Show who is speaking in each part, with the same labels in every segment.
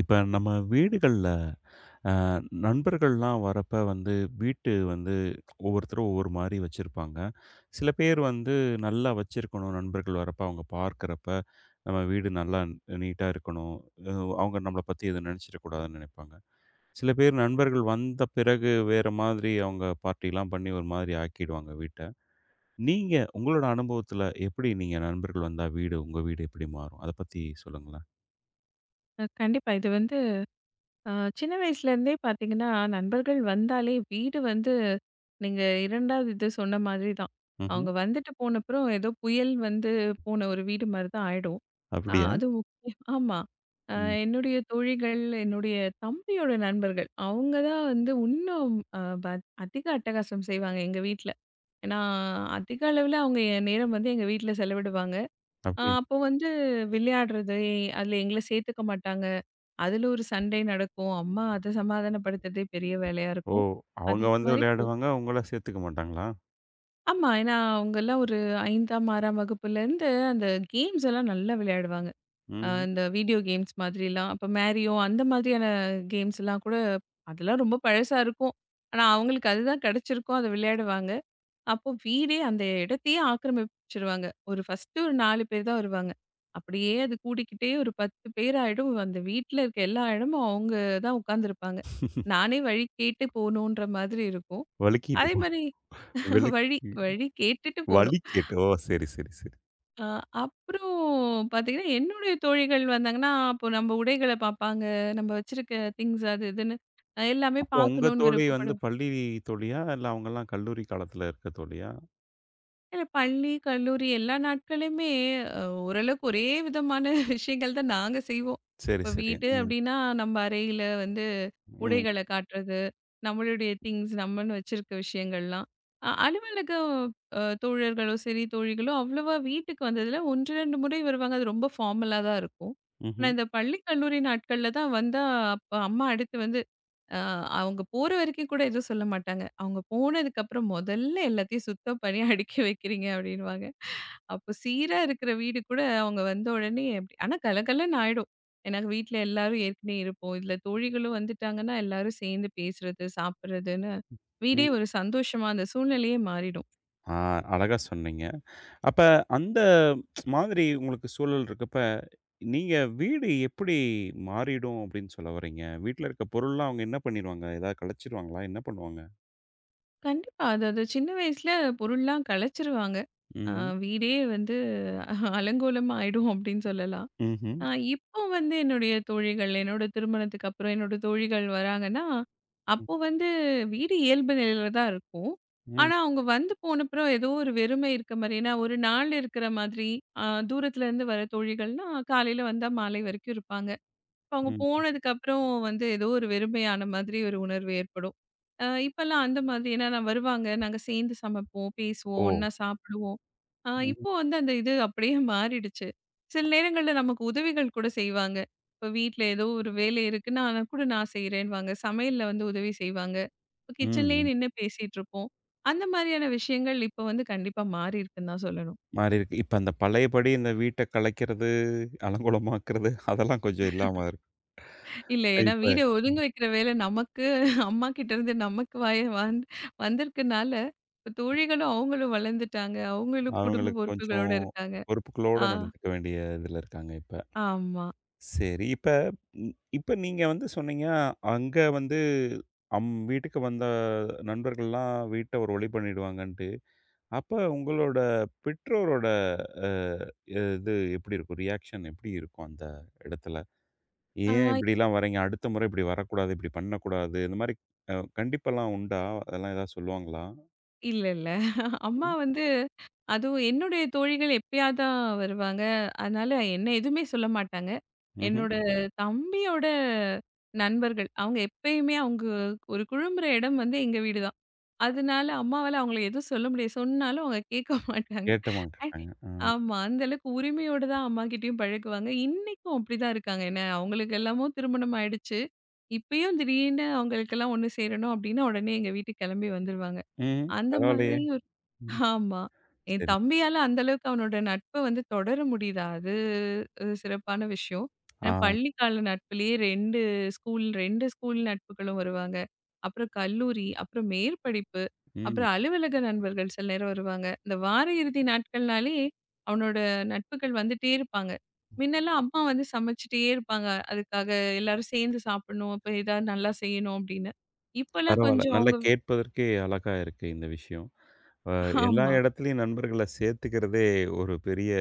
Speaker 1: இப்ப நம்ம வீடுகள்ல அ நண்பர்கள்லாம் வரப்ப வந்து வீட்டு வந்து ஒவ்வொருத்தரும் ஒவ்வொரு மாரி வச்சிருப்பாங்க. சில பேர் வந்து நல்லா வச்சிருக்கணும் நண்பர்கள் வரப்ப அவங்க பார்க்கிறப்ப, நம்ம வீடு நல்லா நீட்டா இருக்கணும். அ அவங்க நம்மள பத்தி எதுவும் நெனச்சிடக்கூடாதுன்னு நெனைப்பாங்க. சில பேர் நண்பர்கள் வந்த பிறகு வேற மாதிரி அவங்க பார்ட்டிலாம் பண்ணி ஒரு மாதிரி ஆக்கிடுவாங்க வீட்ட. நீங்க உங்களோட அனுபவத்துல எப்படி நீங்க நண்பர்கள் வந்தா வீடு உங்க வீடு எப்படி மாறும்? அத பத்தி சொல்லுங்களேன்.
Speaker 2: கண்டிப்பா. இது வந்து அ சின்ன வயசுலேருந்தே பார்த்தீங்கன்னா, நண்பர்கள் வந்தாலே வீடு வந்து நீங்க 2வது இது சொன்ன மாதிரி தான்.
Speaker 1: ம்ஹ்ம்.
Speaker 2: அவங்க வந்துட்டு போனப்புறம் ஏதோ புயல் வந்து போன ஒரு வீடு மாரி தான் ஆயிடும்.
Speaker 1: அப்படியா?
Speaker 2: அதுவும் முக்கியம் ஆமா. அ
Speaker 1: ம்.
Speaker 2: என்னுடைய தோழிகள், என்னுடைய தம்பியோட நண்பர்கள், அவங்க தான் வந்து இன்னும் அ ப அதிக அட்டகாசம் செய்வாங்க எங்க வீட்ல. ஏன்னா, அதிக அளவுல அவங்க என் நேரம் வந்து எங்க வீட்ல செலவிடுவாங்க. அ
Speaker 1: அப்படியா?
Speaker 2: அப்போ வந்து விளையாடுறது, அதுல எங்கள சேர்த்துக்க மாட்டாங்க. அதுல ஒரு சண்டை நடக்கும். அம்மா அத சமாதானப்படுத்துறதே பெரிய வேலையா
Speaker 1: ஓ!
Speaker 2: இருக்கும்.
Speaker 1: அவங்க
Speaker 2: அதே
Speaker 1: வந்து
Speaker 2: மாரி
Speaker 1: விளையாடுவாங்க. உங்கள சேர்த்துக்க மாட்டாங்களா?
Speaker 2: ஆமா. ஏன்னா அவங்கலாம் ஒரு 5ஆம், 6ஆம் வகுப்புலேருந்து அந்த கேம்ஸ் எல்லாம் நல்லா விளையாடுவாங்க. அ
Speaker 1: ம்.
Speaker 2: இந்த வீடியோ கேம்ஸ் மாதிரிலாம். அப்ப மேரியோ அந்த மாதிரியான கேம்ஸ்லாம் கூட அதெல்லாம் ரொம்ப பழசா இருக்கும். ஆனா அவங்களுக்கு அதுதான் கிடைச்சிருக்கும். அத விளையாடுவாங்க. அப்போ வீடே அந்த இடத்தையே ஆக்கிரமிச்சிருவாங்க. ஒரு ஃபர்ஸ்ட்டு ஒரு 4 பேர் தான் வருவாங்க. அப்படியே அது கூடிக்கிட்டே ஒரு 10 பேர் ஆயிடும். அந்த வீட்ல இருக்க எல்லா இடமும் அவங்க தான் உட்கார்ந்துருப்பாங்க. நானே வழி கேட்டு போணுன்ற மாதிரி இருக்கும்.
Speaker 1: வழுக்கிட்டு
Speaker 2: அதே
Speaker 1: போன
Speaker 2: மாரி
Speaker 1: விலக்கி
Speaker 2: வழி வழி கேட்டுட்டு போணும்.
Speaker 1: வலிக்கேட்டு. ஓ! சரி, சரி, சரி.
Speaker 2: அ அப்புறம் பார்த்தீங்கன்னா, என்னுடைய தோழிகள் வந்தாங்கன்னா, அப்போ நம்ம உடைகள பார்ப்பாங்க. நம்ம வச்சிருக்க திங்ஸ் அது இதுன்னு எல்லாமே
Speaker 1: அப்போ உங்க
Speaker 2: பார்க்கணும்னு
Speaker 1: தோழி வந்து
Speaker 2: விருப்பப்படுவாங்க.
Speaker 1: பள்ளி தோழியா? இல்ல அவங்கலாம் கல்லூரி காலத்துல இருக்க தோழியா?
Speaker 2: இல்ல பள்ளி, கல்லூரி எல்லா நாட்களுமே அ ஓரளவுக்கு ஒரே விதமான விஷயங்கள் தான் நாங்க செய்வோம்.
Speaker 1: சரி,
Speaker 2: இப்ப
Speaker 1: சரி.
Speaker 2: வீட்டு
Speaker 1: ம்,
Speaker 2: அப்டின்னா, நம்ம அறையில வந்து
Speaker 1: ம்,
Speaker 2: உடைகள காட்டுறது, நம்மளுடைய திங்ஸ் நம்மன்னு வச்சிருக்க விஷயங்கள்லாம். அலுவலகம் தோழர்களோ சரி, தோழிகளோ அவ்வளவா வீட்டுக்கு வந்ததில்ல. 1, 2 முறை வருவாங்க. அது ரொம்ப ஃபார்மலா தான் இருக்கும். ஆனா
Speaker 1: ம்ஹ்ம்,
Speaker 2: இந்த பள்ளி, கல்லூரி நாட்கள்ல தான் வந்தா, அப்ப அம்மா அடுத்து வந்து அ அவங்க போற வரைக்கும் கூட எதுவும் சொல்ல மாட்டாங்க. அவங்க போனதுக்கப்புறம் "முதல்ல எல்லாத்தையும் சுத்தம் பண்ணி அடுக்கி வைக்கிறீங்க" அப்படின்னுவாங்க. அப்போ சீரா இருக்கிற வீடு கூட அவங்க வந்த உடனே அப்படி ஆனா கலகலன்னு ஆயிடும். ஏன்னா வீட்ல எல்லாரும் ஏற்கனவே இருப்போம். இதுல தோழிகளும் வந்துட்டாங்கன்னா எல்லாரும் சேர்ந்து பேசுறது, சாப்பிடுறதுன்னு
Speaker 1: ம்.
Speaker 2: வீடே ஒரு சந்தோஷமா அந்த சூழ்நிலையே மாறிடும்.
Speaker 1: ஆ, அழகா சொன்னீங்க. அப்ப அந்த மாதிரி உங்களுக்கு சூழல் இருக்கப்ப, நீங்க வீடு எப்படி மாறிடும் அப்படின்னு சொல்ல வர்றீங்க? வீட்ல இருக்க பொருள்லாம் அவங்க என்ன பண்ணிருவாங்க? ஏதாவது கலைச்சிருவாங்களா? என்ன பண்ணுவாங்க?
Speaker 2: கண்டிப்பா. அது அது சின்ன வயசுல பொருள்லாம் கலைச்சிருவாங்க. அ
Speaker 1: ம்ஹ்ம்,
Speaker 2: வீடே வந்து அலங்கோலமா ஆயிடும் அப்படின்னு சொல்லலாம்.
Speaker 1: ம்ஹ்ம்,
Speaker 2: ஆ இப்போ வந்து என்னுடைய தோழிகள், என்னோட திருமணத்துக்கு அப்புறம் என்னோட தோழிகள் வராங்கன்னா,
Speaker 1: ம்,
Speaker 2: அப்போ வந்து வீடு இயல்பு நிலையில தான் இருக்கும்.
Speaker 1: ம்,
Speaker 2: ஆனா, அவங்க வந்து போனப்புறம் ஏதோ ஒரு வெறுமை இருக்க மாரி. ஏன்னா, ஒரு நாள் இருக்கிற மாதிரி, அ தூரத்துலருந்து வர தோழிகள்னா, காலையில வந்தா மாலை வரைக்கும் இருப்பாங்க. அவங்க
Speaker 1: ம்.
Speaker 2: போனதுக்கு அப்புறம் வந்து ஏதோ ஒரு வெறுமையான மாதிரி ஒரு உணர்வு ஏற்படும். அ இப்பல்லாம் அந்த மாதிரி ஏன்னா நான் வருவாங்க, நாங்க சேர்ந்து சமைப்போம்,
Speaker 1: ஓ!
Speaker 2: பேசுவோம், ஒண்ணா சாப்பிடுவோம். அ
Speaker 1: ம்,
Speaker 2: இப்போ வந்து அந்த இது அப்படியே மாறிடுச்சு. சில நேரங்கள்ல நமக்கு உதவிகள் கூட செய்வாங்க. இப்போ வீட்ல ஏதோ ஒரு வேலை இருக்குன்னா, ஆனா கூட நான் செய்றேன்னுவாங்க. சமையல்ல வந்து உதவி செய்வாங்க. இப்போ கிச்சன்லேயே
Speaker 1: ம்.
Speaker 2: நின்னு பேசிட்டு இருப்போம். அந்த மாதிரியான விஷயங்கள் இப்போ வந்து கண்டிப்பா மாறி இருக்குன்னு தான் சொல்லணும்.
Speaker 1: மாறியிருக்கு. இப்ப அந்த பழையபடி இந்த வீட்ட கலைக்கிறது, அலங்கோலமாக்குறது அதெல்லாம் கொஞ்சம் இல்லாம இருக்கு.
Speaker 2: இல்ல. ஏன்னா
Speaker 1: இப்ப
Speaker 2: வீட ஒதுங்க வைக்கிற வேலை நமக்கு, அம்மா கிட்ட இருந்து நமக்கு வாய வந்திருக்கனால, இப்ப தோழிகளும் அவங்களும் வளர்ந்துட்டாங்க. அவங்களும் குடும்ப
Speaker 1: அவங்களுக்கு கொஞ்சம்
Speaker 2: பொறுப்புகளோட இருக்காங்க.
Speaker 1: பொறுப்புகளோட
Speaker 2: ஆ,
Speaker 1: நடந்துக்க வேண்டிய இதுல இருக்காங்க இப்ப.
Speaker 2: ஆமா.
Speaker 1: சரி. இப்ப ம், இப்ப நீங்க வந்து சொன்னீங்க, அங்க வந்து வீட்டுக்கு வந்த நண்பர்கள்லாம் வீட்ட ஒரு ஒழி பண்ணிடுவாங்கன்ட்டு. அப்ப உங்களோட பெற்றோரோட அ இது எப்படி இருக்கும்? ரியாக்ஷன் எப்படி இருக்கும் அந்த இடத்துல?
Speaker 2: ஆ,
Speaker 1: ஏன் இப்படிலாம் வர்றீங்க? அடுத்த முறை இப்படி வரக்கூடாது, இப்படி பண்ணக்கூடாது. இந்த மாரி கண்டிப்பெல்லாம் உண்டா? அதெல்லாம் ஏதாவது சொல்லுவாங்களா?
Speaker 2: இல்ல. அம்மா
Speaker 1: ம்.
Speaker 2: வந்து அதுவும் என்னுடைய தோழிகள் எப்பயாவது தான் வருவாங்க. அதனால என்ன எதுவுமே சொல்ல மாட்டாங்க.
Speaker 1: ம்ஹ்ம்.
Speaker 2: என்னோட தம்பியோட நண்பர்கள், அவங்க எப்பயுமே அவங்க ஒரு குழும்புற இடம் வந்து எங்க வீடு தான். அதனால அம்மாவால அவங்கள எதுவும் சொல்ல முடியாது. சொன்னாலும் அவங்க கேட்க மாட்டாங்க.
Speaker 1: கேட்ட மாட்டேன்ட்டாங்க.
Speaker 2: அண்ட்
Speaker 1: ஆ.
Speaker 2: ஆமா. அந்த அளவுக்கு உரிமையோட தான் அம்மாகிட்டயும் பழகுவாங்க. இன்னைக்கும் அப்படிதான் இருக்காங்க. என்ன அவங்களுக்கு எல்லாமோ திருமணம் ஆயிடுச்சு. இப்பயும் திடீர்னு அவங்களுக்கெல்லாம் ஒண்ணு சேரணும் அப்படின்னா, உடனே எங்க வீட்டுக்கு கிளம்பி வந்துருவாங்க.
Speaker 1: ம்.
Speaker 2: அந்த
Speaker 1: பரவாயில்லையே!
Speaker 2: மாதிரி ஒரு
Speaker 1: ம்.
Speaker 2: ஆமா. என்
Speaker 1: சரி.
Speaker 2: தம்பியால அந்த அளவுக்கு அவனோட நட்ப வந்து தொடர முடியுது. அது ஒரு சிறப்பான விஷயம். ஏன்னா
Speaker 1: ஆ.
Speaker 2: பள்ளி கால நட்புலயே 2 ஸ்கூல் நட்புகளும் வருவாங்க. அப்புறம் கல்லூரி, அப்புறம் மேற்படிப்பு,
Speaker 1: ம்.
Speaker 2: அப்புறம் அலுவலக நண்பர்கள் சில நேரம் வருவாங்க. இந்த வார இறுதி நாட்கள்னாலே அவனோட நட்புகள் வந்துட்டே இருப்பாங்க. முன்னெல்லாம் அம்மா வந்து சமைச்சுட்டே இருப்பாங்க. அதுக்காக எல்லாரும் சேர்ந்து சாப்பிடணும். அப்ப ஏதாவது நல்லா செய்யணும் அப்படின்னு. இப்பல்லாம்
Speaker 1: பரவால்ல.
Speaker 2: கொஞ்சம்
Speaker 1: நல்லா
Speaker 2: அவங்க
Speaker 1: கேட்பதற்கே அழகா இருக்கு இந்த விஷயம். அ எல்லா
Speaker 2: ஆமா.
Speaker 1: இடத்துலயும் நண்பர்கள சேர்த்துக்கிறதே ஒரு பெரிய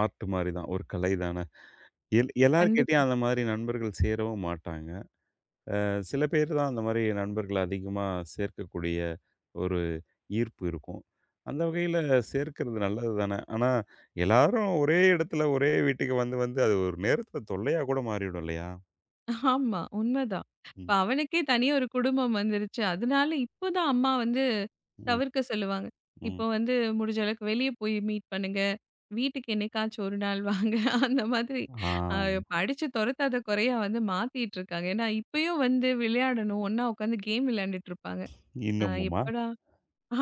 Speaker 1: ஆர்ட் மாரி தான். ஒரு கலை தானே! எல்லார்கிட்டயும்
Speaker 2: கண்டிப்பா.
Speaker 1: அந்த மாரி நண்பர்கள் சேரவும் மாட்டாங்க. சில பேர் தான் அந்த மாரி நண்பர்கள அதிகமா சேர்க்கக்கூடிய ஒரு ஈர்ப்பு இருக்கும். அந்த வகையில சேர்க்கிறது நல்லது தானே! ஆனா, எல்லாரும் ஒரே இடத்துல, ஒரே வீட்டுக்கு வந்து வந்து அது ஒரு நேரத்தில தொல்லையா கூட மாறிடும் இல்லையா?
Speaker 2: ஆமா. உண்மதான். இப்ப
Speaker 1: ம்,
Speaker 2: அவனுக்கே தனியா ஒரு குடும்பம் வந்துருச்சு. அதனால இப்போதான் அம்மா வந்து
Speaker 1: ம்,
Speaker 2: தவிர்க்க சொல்லுவாங்க.
Speaker 1: ம்.
Speaker 2: இப்போ வந்து முடிஞ்ச அளவுக்கு வெளிய போய் மீட் பண்ணுங்க. வீட்டுக்கு என்னைக்காச்சும் ஒரு நாள் வாங்க. அந்த மாதிரி அ
Speaker 1: ஆ,
Speaker 2: அடிச்சு தொரத்தாத கொறையா வந்து மாத்திட்டு இருக்காங்க. ஏன்னா இப்பயும் வந்து விளையாடணும். ஒண்ணா உட்காந்து கேம் விளையாண்டுட்டு இருப்பாங்க. அ
Speaker 1: இன்னமுமா?
Speaker 2: எப்படா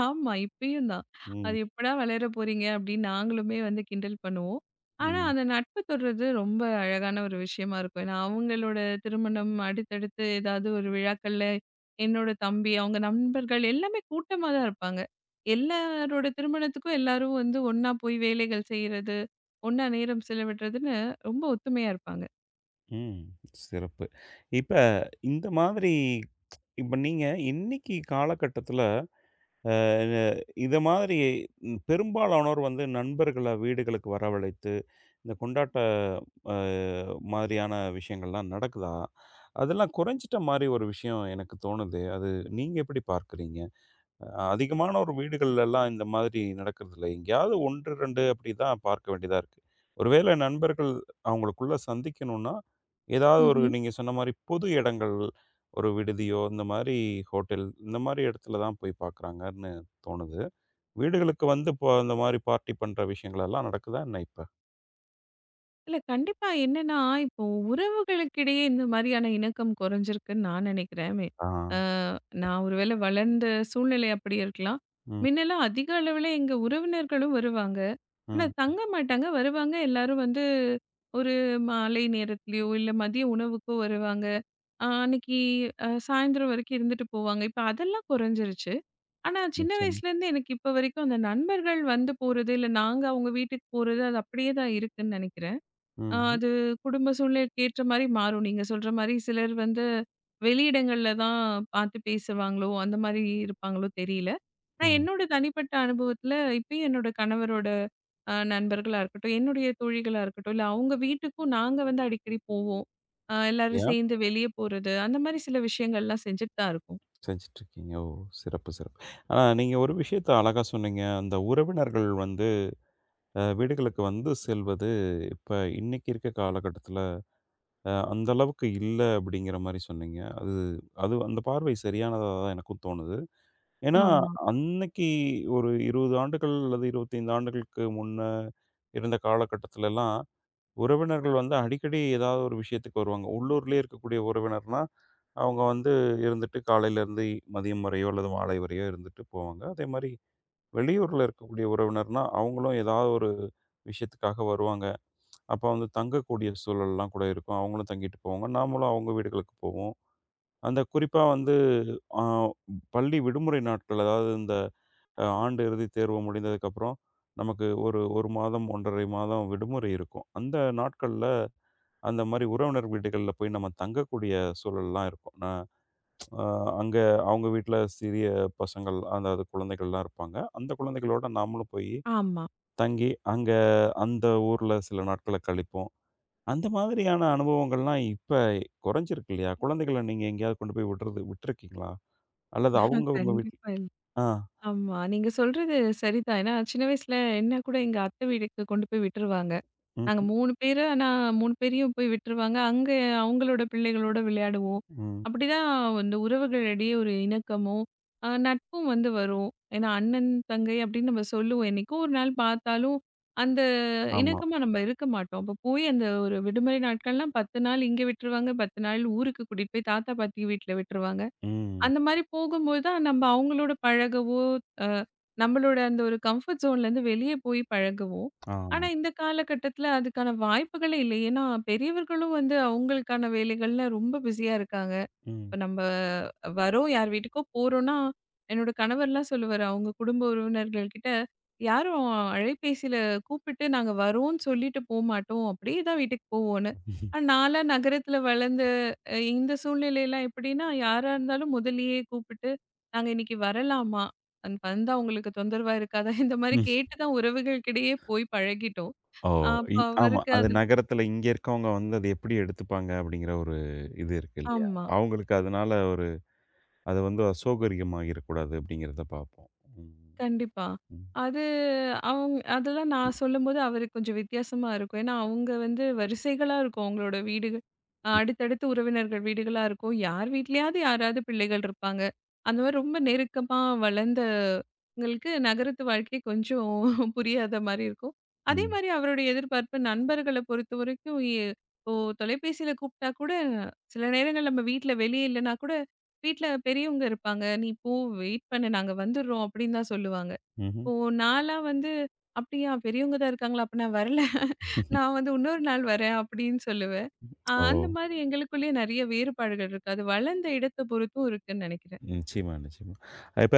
Speaker 2: ஆமா. இப்பயும் தான்.
Speaker 1: ம்,
Speaker 2: அது எப்படா வளர போறீங்க அப்படின்னு நாங்களுமே வந்து கிண்டல் பண்ணுவோம். ஆனா,
Speaker 1: ம்,
Speaker 2: அந்த நட்பு தொடர்றது ரொம்ப அழகான ஒரு விஷயமா இருக்கும். ஏன்னா, அவங்களோட திருமணம் அடுத்தடுத்து ஏதாவது ஒரு விழாக்கள்ல என்னோட தம்பி, அவங்க நண்பர்கள் எல்லாமே கூட்டமா தான் இருப்பாங்க. எல்லாரோட திருமணத்துக்கும் எல்லாரும் வந்து ஒண்ணா போய் வேலைகள் செய்றது, ஒண்ணா நேரம் செலவிடுறதுன்னு ரொம்ப ஒத்துமையா இருப்பாங்க.
Speaker 1: ம். சிறப்பு. இப்ப இந்த மாதிரி இப்ப நீங்க இன்னைக்கு காலகட்டத்தில அ இத மாதிரி ம், பெரும்பாலானோர் வந்து நண்பர்கள வீடுகளுக்கு வரவழைத்து, இந்த கொண்டாட்ட அ மாதிரியான விஷயங்கள்லாம் நடக்குதா? அதெல்லாம் குறைஞ்சிட்ட மாரி ஒரு விஷயம் எனக்கு தோணுது. அது நீங்க எப்படி பார்க்குறீங்க? அ அதிகமான ஒரு வீடுகள்லலாம் இந்த மாதிரி நடக்கிறதில்ல. எங்கேயாவது 1, 2 அப்படி தான் பார்க்க வேண்டியதா இருக்கு. ஒருவேளை நண்பர்கள் அவங்களுக்குள்ள சந்திக்கணும்னா, ஏதாவது ஒரு நீங்க சொன்ன மாரி பொது இடங்கள், ஒரு விடுதியோ, இந்த மாரி ஹோட்டல், இந்த மாரி இடத்துல தான் போய் பார்க்குறாங்கன்னு தோணுது. வீடுகளுக்கு வந்து இப்போ இந்த மாரி பார்ட்டி பண்ற விஷயங்கள் எல்லாம் நடக்குதா என்ன இப்ப?
Speaker 2: இல்ல கண்டிப்பா என்னன்னா, இப்போ உறவுகளுக்கிடையே இந்த மாரியான இணக்கம் குறைஞ்சிருக்குன்னு நான் நினைக்கிறேன்.
Speaker 1: ஆ.
Speaker 2: அ நான் ஒருவேளை வளர்ந்த சூழ்நிலை அப்படி இருக்கலாம்.
Speaker 1: ம்,
Speaker 2: முன்னெல்லாம் அதிக அளவுல எங்க உறவினர்களும் வருவாங்க. ஆனா
Speaker 1: ம்.
Speaker 2: தங்க மாட்டாங்க. வருவாங்க எல்லாரும் வந்து ஒரு மாலை நேரத்திலயோ, இல்ல மதிய உணவுக்கோ வருவாங்க. அ அன்னைக்கு அ சாயந்தரம் வரைக்கும் இருந்துட்டு போவாங்க. இப்ப அதெல்லாம் குறைஞ்சிருச்சு. ஆனா சின்ன
Speaker 1: நிச்சயமா.
Speaker 2: வயசுலேருந்து எனக்கு இப்ப வரைக்கும் அந்த நண்பர்கள் வந்து போறது, இல்ல நாங்க அவங்க வீட்டுக்கு போறது, அது அப்படியே தான் இருக்குன்னு நினைக்கிறேன்.
Speaker 1: ம்,
Speaker 2: அது குடும்ப சூழ்நிலைக்கு ஏற்ற மாரி மாறும். நீங்க சொல்ற மாரி சிலர் வந்து வெளியிடங்கள்ல தான் பார்த்து பேசுவாங்களோ, அந்த மாரி இருப்பாங்களோ தெரியல. ஆனா
Speaker 1: ம்.
Speaker 2: என்னோட தனிப்பட்ட அனுபவத்தில இப்பயும் என்னோட கணவரோட அ நண்பர்களா இருக்கட்டும், என்னுடைய தோழிகளா இருக்கட்டும், இல்ல அவங்க வீட்டுக்கும் நாங்க வந்து அடிக்கடி போவோம். அ எல்லாரும்
Speaker 1: ம்.
Speaker 2: சேர்ந்து வெளிய போறது, அந்த மாரி சில விஷயங்கள்லாம் செஞ்சுட்டு தான் இருக்கோம்.
Speaker 1: செஞ்சுட்ருக்கீங்க. ஓ! சிறப்பு, சிறப்பு. ஆனா நீங்க ஒரு விஷயத்த அழகா சொன்னீங்க. அந்த உறவினர்கள் வந்து வீடுகளுக்கு வந்து செல்வது, இப்ப இன்னைக்கு இருக்க காலகட்டத்தில அந்த அளவுக்கு இல்ல அப்படிங்கிற மாரி சொன்னீங்க. அது அது அந்த பார்வை சரியானதா தான் எனக்கும் தோணுது. ஏன்னா,
Speaker 2: ஆமா,
Speaker 1: அன்னைக்கு ஒரு 20 ஆண்டுகள் அல்லது 25 ஆண்டுகளுக்கு முன்ன இருந்த காலகட்டத்திலலாம் உறவினர்கள் வந்து அடிக்கடி ஏதாவது ஒரு விஷயத்துக்கு வருவாங்க. உள்ளூர்லயே இருக்கக்கூடிய உறவினர்னா, அவங்க வந்து இருந்துட்டு காலையிலேருந்து மதியம் வரையோ அல்லது மாலை வரையோ இருந்துட்டு போவாங்க. அதேமாரி வெளியூர்ல இருக்கக்கூடிய உறவினர்னா, அவங்களும் ஏதாவது ஒரு விஷயத்துக்காக வருவாங்க. அப்ப வந்து தங்கக்கூடிய சூழல்லாம் கூட இருக்கும். அவங்களும் தங்கிட்டு போவாங்க. நாமளும் அவங்க வீடுகளுக்கு போவோம். அந்த குறிப்பா வந்து அ பள்ளி விடுமுறை நாட்கள் அதாவது இந்த ஆண்டு இறுதி தேர்வு முடிந்ததுக்கப்புறம், நமக்கு ஒரு 1 மாதம், 1 1/2 மாதம் விடுமுறை இருக்கும். அந்த நாட்கள்ல அந்த மாரி உறவினர் வீடுகள்ல போய் நம்ம தங்கக்கூடிய சூழல்லாம் இருக்கும். நான் அ அங்க அவங்க வீட்ல சிறிய பசங்கள், அதாவது குழந்தைகள்லாம் இருப்பாங்க. அந்த குழந்தைகளோட நாமளும் போய்
Speaker 2: ஆமா.
Speaker 1: தங்கி, அங்க அந்த ஊர்ல சில நாட்கள கழிப்போம். அந்த மாதிரியான அனுபவங்கள்லாம் இப்ப குறைஞ்சிருக்கு இல்லையா? குழந்தைகள நீங்க எங்கேயாவது கொண்டு போய் விடுறது விட்டுருக்கீங்களா? அல்லது அவங்க உங்க வீட்ல
Speaker 2: கண்டிப்பா இல்ல.
Speaker 1: ஆ.
Speaker 2: ஆமா. நீங்க சொல்றது சரிதான். ஏன்னா சின்ன வயசுல என்ன கூட எங்க அத்தை வீட்டுக்கு கொண்டு போய் விட்டுருவாங்க. நாங்க
Speaker 1: ம்,
Speaker 2: 3 பேரு. ஆனா 3 பேரையும் போய் விட்டுருவாங்க. அங்க அவங்களோட பிள்ளைகளோட விளையாடுவோம்.
Speaker 1: ம்.
Speaker 2: அப்படிதான் இந்த உறவுகளிடையே ஒரு இணக்கமும், அ நட்பும் வந்து வரும். ஏன்னா அண்ணன், தங்கை அப்படின்னு நம்ம சொல்லுவோம். என்னைக்கோ ஒரு நாள் பார்த்தாலும் அந்த
Speaker 1: ஆமா.
Speaker 2: இணக்கமா நம்ம இருக்க மாட்டோம். அப்ப போய் அந்த ஒரு விடுமுறை நாட்கள்லாம் 10 நாள் இங்க விட்டுருவாங்க. 10 நாள் ஊருக்கு கூட்டிட்டு போய் தாத்தா, பாட்டி வீட்ல விட்டுருவாங்க.
Speaker 1: ம்.
Speaker 2: அந்த மாரி போகும்போது தான் நம்ம அவங்களோட பழகவோ, அ நம்மளோட அந்த ஒரு கம்ஃபர்ட் ஜோன்லேருந்து வெளியே போய் பழகுவோம்.
Speaker 1: ஆமா.
Speaker 2: ஆனா இந்த காலகட்டத்தில அதுக்கான வாய்ப்புகளே இல்லை. ஏன்னா பெரியவர்களும் வந்து அவங்களுக்கான வேலைகள்ல ரொம்ப பிஸியா இருக்காங்க.
Speaker 1: ம்.
Speaker 2: இப்ப நம்ம வரோம் யார் வீட்டுக்கோ போறோம்னா, என்னோட கணவர்லாம் சொல்லுவாரு, அவங்க குடும்ப உறவினர்கள் கிட்ட, யாரும் அலைபேசியில கூப்பிட்டு நாங்க வரோம்ன்னு சொல்லிட்டு போமாட்டோம். அப்படியே தான் வீட்டுக்கு போவோம்ன்னு. ஆனா நான்லாம் நகரத்துல வளர்ந்து அ இந்த சூழ்நிலைலாம் எப்படின்னா, யாரா இருந்தாலும் முதல்லயே கூப்பிட்டு, "நாங்க இன்னைக்கு வரலாமா? வந்தா உங்களுக்கு தொந்தரவா இருக்காதா?" இந்த மாரி கேட்டு தான் உறவுகளுக்கிடையே போய் பழகிட்டோம்.
Speaker 1: ஓ! இ
Speaker 2: அப்ப
Speaker 1: ஆமா.
Speaker 2: அவருக்கு
Speaker 1: அது
Speaker 2: அது
Speaker 1: நகரத்துல இங்க இருக்கவங்க வந்து அத எப்படி எடுத்துப்பாங்க அப்படிங்கிற ஒரு இது இருக்கு இல்லையா?
Speaker 2: ஆமா.
Speaker 1: அவங்களுக்கு அதனால ஒரு அது வந்து அசௌகரியமாகிரக்கூடாது அப்படிங்கிறத பார்ப்போம். ம்.
Speaker 2: கண்டிப்பா.
Speaker 1: ம்.
Speaker 2: அது அவங்க அதெல்லாம் நான் சொல்லும்போது அவருக்கு கொஞ்சம் வித்தியாசமா இருக்கும். ஏன்னா, அவங்க வந்து வரிசைகளா இருக்கும் அவங்களோட வீடுகள். அ
Speaker 1: ம்.
Speaker 2: அடுத்தடுத்து உறவினர்கள் வீடுகளா இருக்கும். யார் வீட்லயாவது யாராவது பிள்ளைகள் இருப்பாங்க. அந்த மாரி ரொம்ப நெருக்கமா வளர்ந்தவங்களுக்கு நகரத்து வாழ்க்கை கொஞ்சம் புரியாத மாரி இருக்கும். அதே
Speaker 1: ம்.
Speaker 2: மாரி அவருடைய எதிர்பார்ப்பு நண்பர்கள பொறுத்தவரைக்கும், இப்போ தொலைபேசியில கூப்பிட்டா கூட, சில நேரங்கள் நம்ம வீட்ல வெளியே இல்லன்னா கூட வீட்ல பெரியவங்க இருப்பாங்க. "நீ போ வெயிட் பண்ணு. நாங்க வந்துர்றோம்" அப்படின்னு தான் சொல்லுவாங்க.
Speaker 1: ம்ஹ்ம்.
Speaker 2: இப்போ நான்லாம் வந்து, "அப்படியா பெரியவங்க தான் இருக்காங்களா? அப்ப நான் வரல. நான் வந்து இன்னொரு நாள் வரேன்" அப்படின்னு சொல்லுவேன். அ
Speaker 1: ஓ!
Speaker 2: அந்த மாதிரி எங்களுக்குள்ளேயே நெறைய வேறுபாடுகள் இருக்கு. அது வளர்ந்த இடத்த பொறுத்தும் இருக்குன்னு நெனைக்கிறேன்.
Speaker 1: நிச்சயமா, நிச்சயமா. இப்ப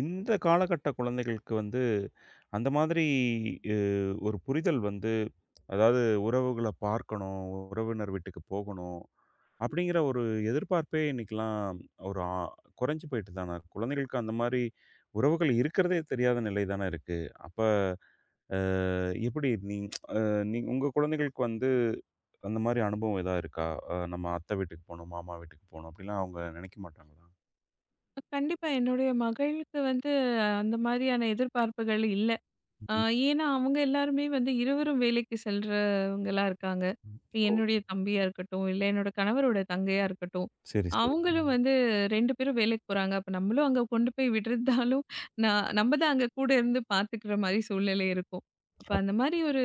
Speaker 1: இந்த காலகட்ட குழந்தைகளுக்கு வந்து, அந்த மாதிரி அ ஒரு புரிதல் வந்து, அதாவது உறவுகள பார்க்கணும், உறவினர் வீட்டுக்கு போகணும், அப்படிங்கிற ஒரு எதிர்பார்ப்பே இன்னைக்கெல்லாம் ஒரு ஆ, குறைஞ்சு போயிட்டு தான. குழந்தைகளுக்கு அந்த மாரி உறவுகள் இருக்கிறதே தெரியாத நிலை தான இருக்கு. அப்ப அ எப்படி நீங் அ நீங் உங்க குழந்தைகளுக்கு வந்து அந்த மாரி அனுபவம் எதா இருக்கா? நம்ம அத்தை வீட்டுக்கு போணும், மாமா வீட்டுக்கு போணும் அப்படிலாம் அவங்க நினைக்க மாட்டாங்களா?
Speaker 2: கண்டிப்பா என்னுடைய மகளுக்கு வந்து அந்த மாதிரியான எதிர்பார்ப்புகள் இல்ல. ஆ
Speaker 1: ம்.
Speaker 2: ஏன்னா, அவங்க எல்லாருமே வந்து இருவரும் வேலைக்கு செல்றவங்களா இருக்காங்க. இப்ப
Speaker 1: ஓ!
Speaker 2: என்னுடைய தம்பியா இருக்கட்டும், இல்ல என்னோட கணவரோட தங்கையா இருக்கட்டும்.
Speaker 1: சரி, சரி.
Speaker 2: அவங்களும்
Speaker 1: ம்.
Speaker 2: வந்து 2 பேரும் வேலைக்கு போறாங்க. அப்ப நம்மளும் அங்க கொண்டு போய் விடுறதாலும், நம்ம தான் அங்க கூட இருந்து பார்த்துக்கிற மாரி சூழ்நிலை இருக்கும். அப்ப அந்த மாரி ஒரு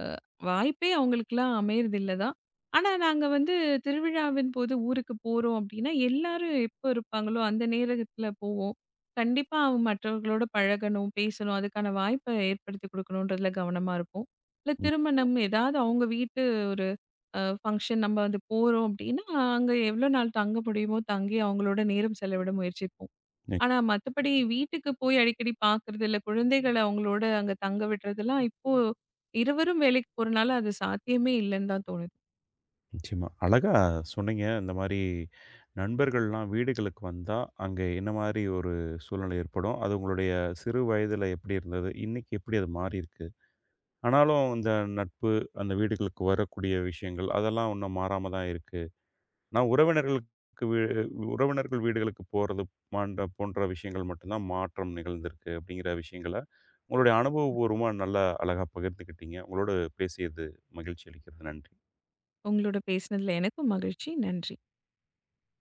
Speaker 2: அ வாய்ப்பே அவங்களுக்கெல்லாம் அமையறதில்ல தான். ஆனா, நாங்க வந்து திருவிழாவின் போது ஊருக்கு போறோம் அப்டின்னா, எல்லாரும் எப்போ இருப்பாங்களோ அந்த நேரத்துல போவோம். கண்டிப்பா அவங்க மற்றவர்களோட பழகணும், பேசணும். அதுக்கான வாய்ப்ப ஏற்படுத்தி குடுக்கணுன்றதுல கவனமா இருப்போம். இல்ல
Speaker 1: நிச்சயமா.
Speaker 2: திருமணம் ஏதாவது அவங்க வீட்டு ஒரு அ ஃபங்ஷன் நம்ம வந்து போறோம் அப்படின்னா, அங்க எவ்வளோ நாள் தங்க முடியுமோ தங்கி அவங்களோட நேரம் செலவிட முயற்சிப்போம்.
Speaker 1: நி
Speaker 2: ஆனா மத்தபடி வீட்டுக்கு போய் அடிக்கடி பார்க்கறது, இல்ல குழந்தைகள அவங்களோட அங்க தங்க விடுறதெல்லாம் இப்போ இருவரும் வேலைக்கு போறனால அது சாத்தியமே இல்லன்னு தான் தோணுது.
Speaker 1: நிச்சயமா. அழகா சொன்னீங்க. இந்த மாரி நண்பர்கள்லாம் வீடுகளுக்கு வந்தா, அங்க என்ன மாரி ஒரு சூழ்நிலை ஏற்படும்? அது உங்களுடைய சிறு வயதில எப்படி இருந்தது? இன்னைக்கு எப்படி அது மாறியிருக்கு? ஆனாலும் இந்த நட்பு, அந்த வீடுகளுக்கு வரக்கூடிய விஷயங்கள், அதெல்லாம் இன்னும் மாறாம தான் இருக்கு. நான் உறவினர்களுக்கு வீ உறவினர்கள் வீடுகளுக்கு போறது மாண்ட போன்ற விஷயங்கள் மட்டும் தான் மாற்றம் நிகழ்ந்திருக்கு அப்படிங்கிற விஷயங்கள, உங்களுடைய அனுபவபூர்வமா நல்லா அழகா பகிர்ந்துக்கிட்டீங்க. உங்களோடு பேசியது மகிழ்ச்சி அளிக்கிறது. நன்றி.
Speaker 2: உங்களோட பேசினதுல எனக்கும் மகிழ்ச்சி. நன்றி.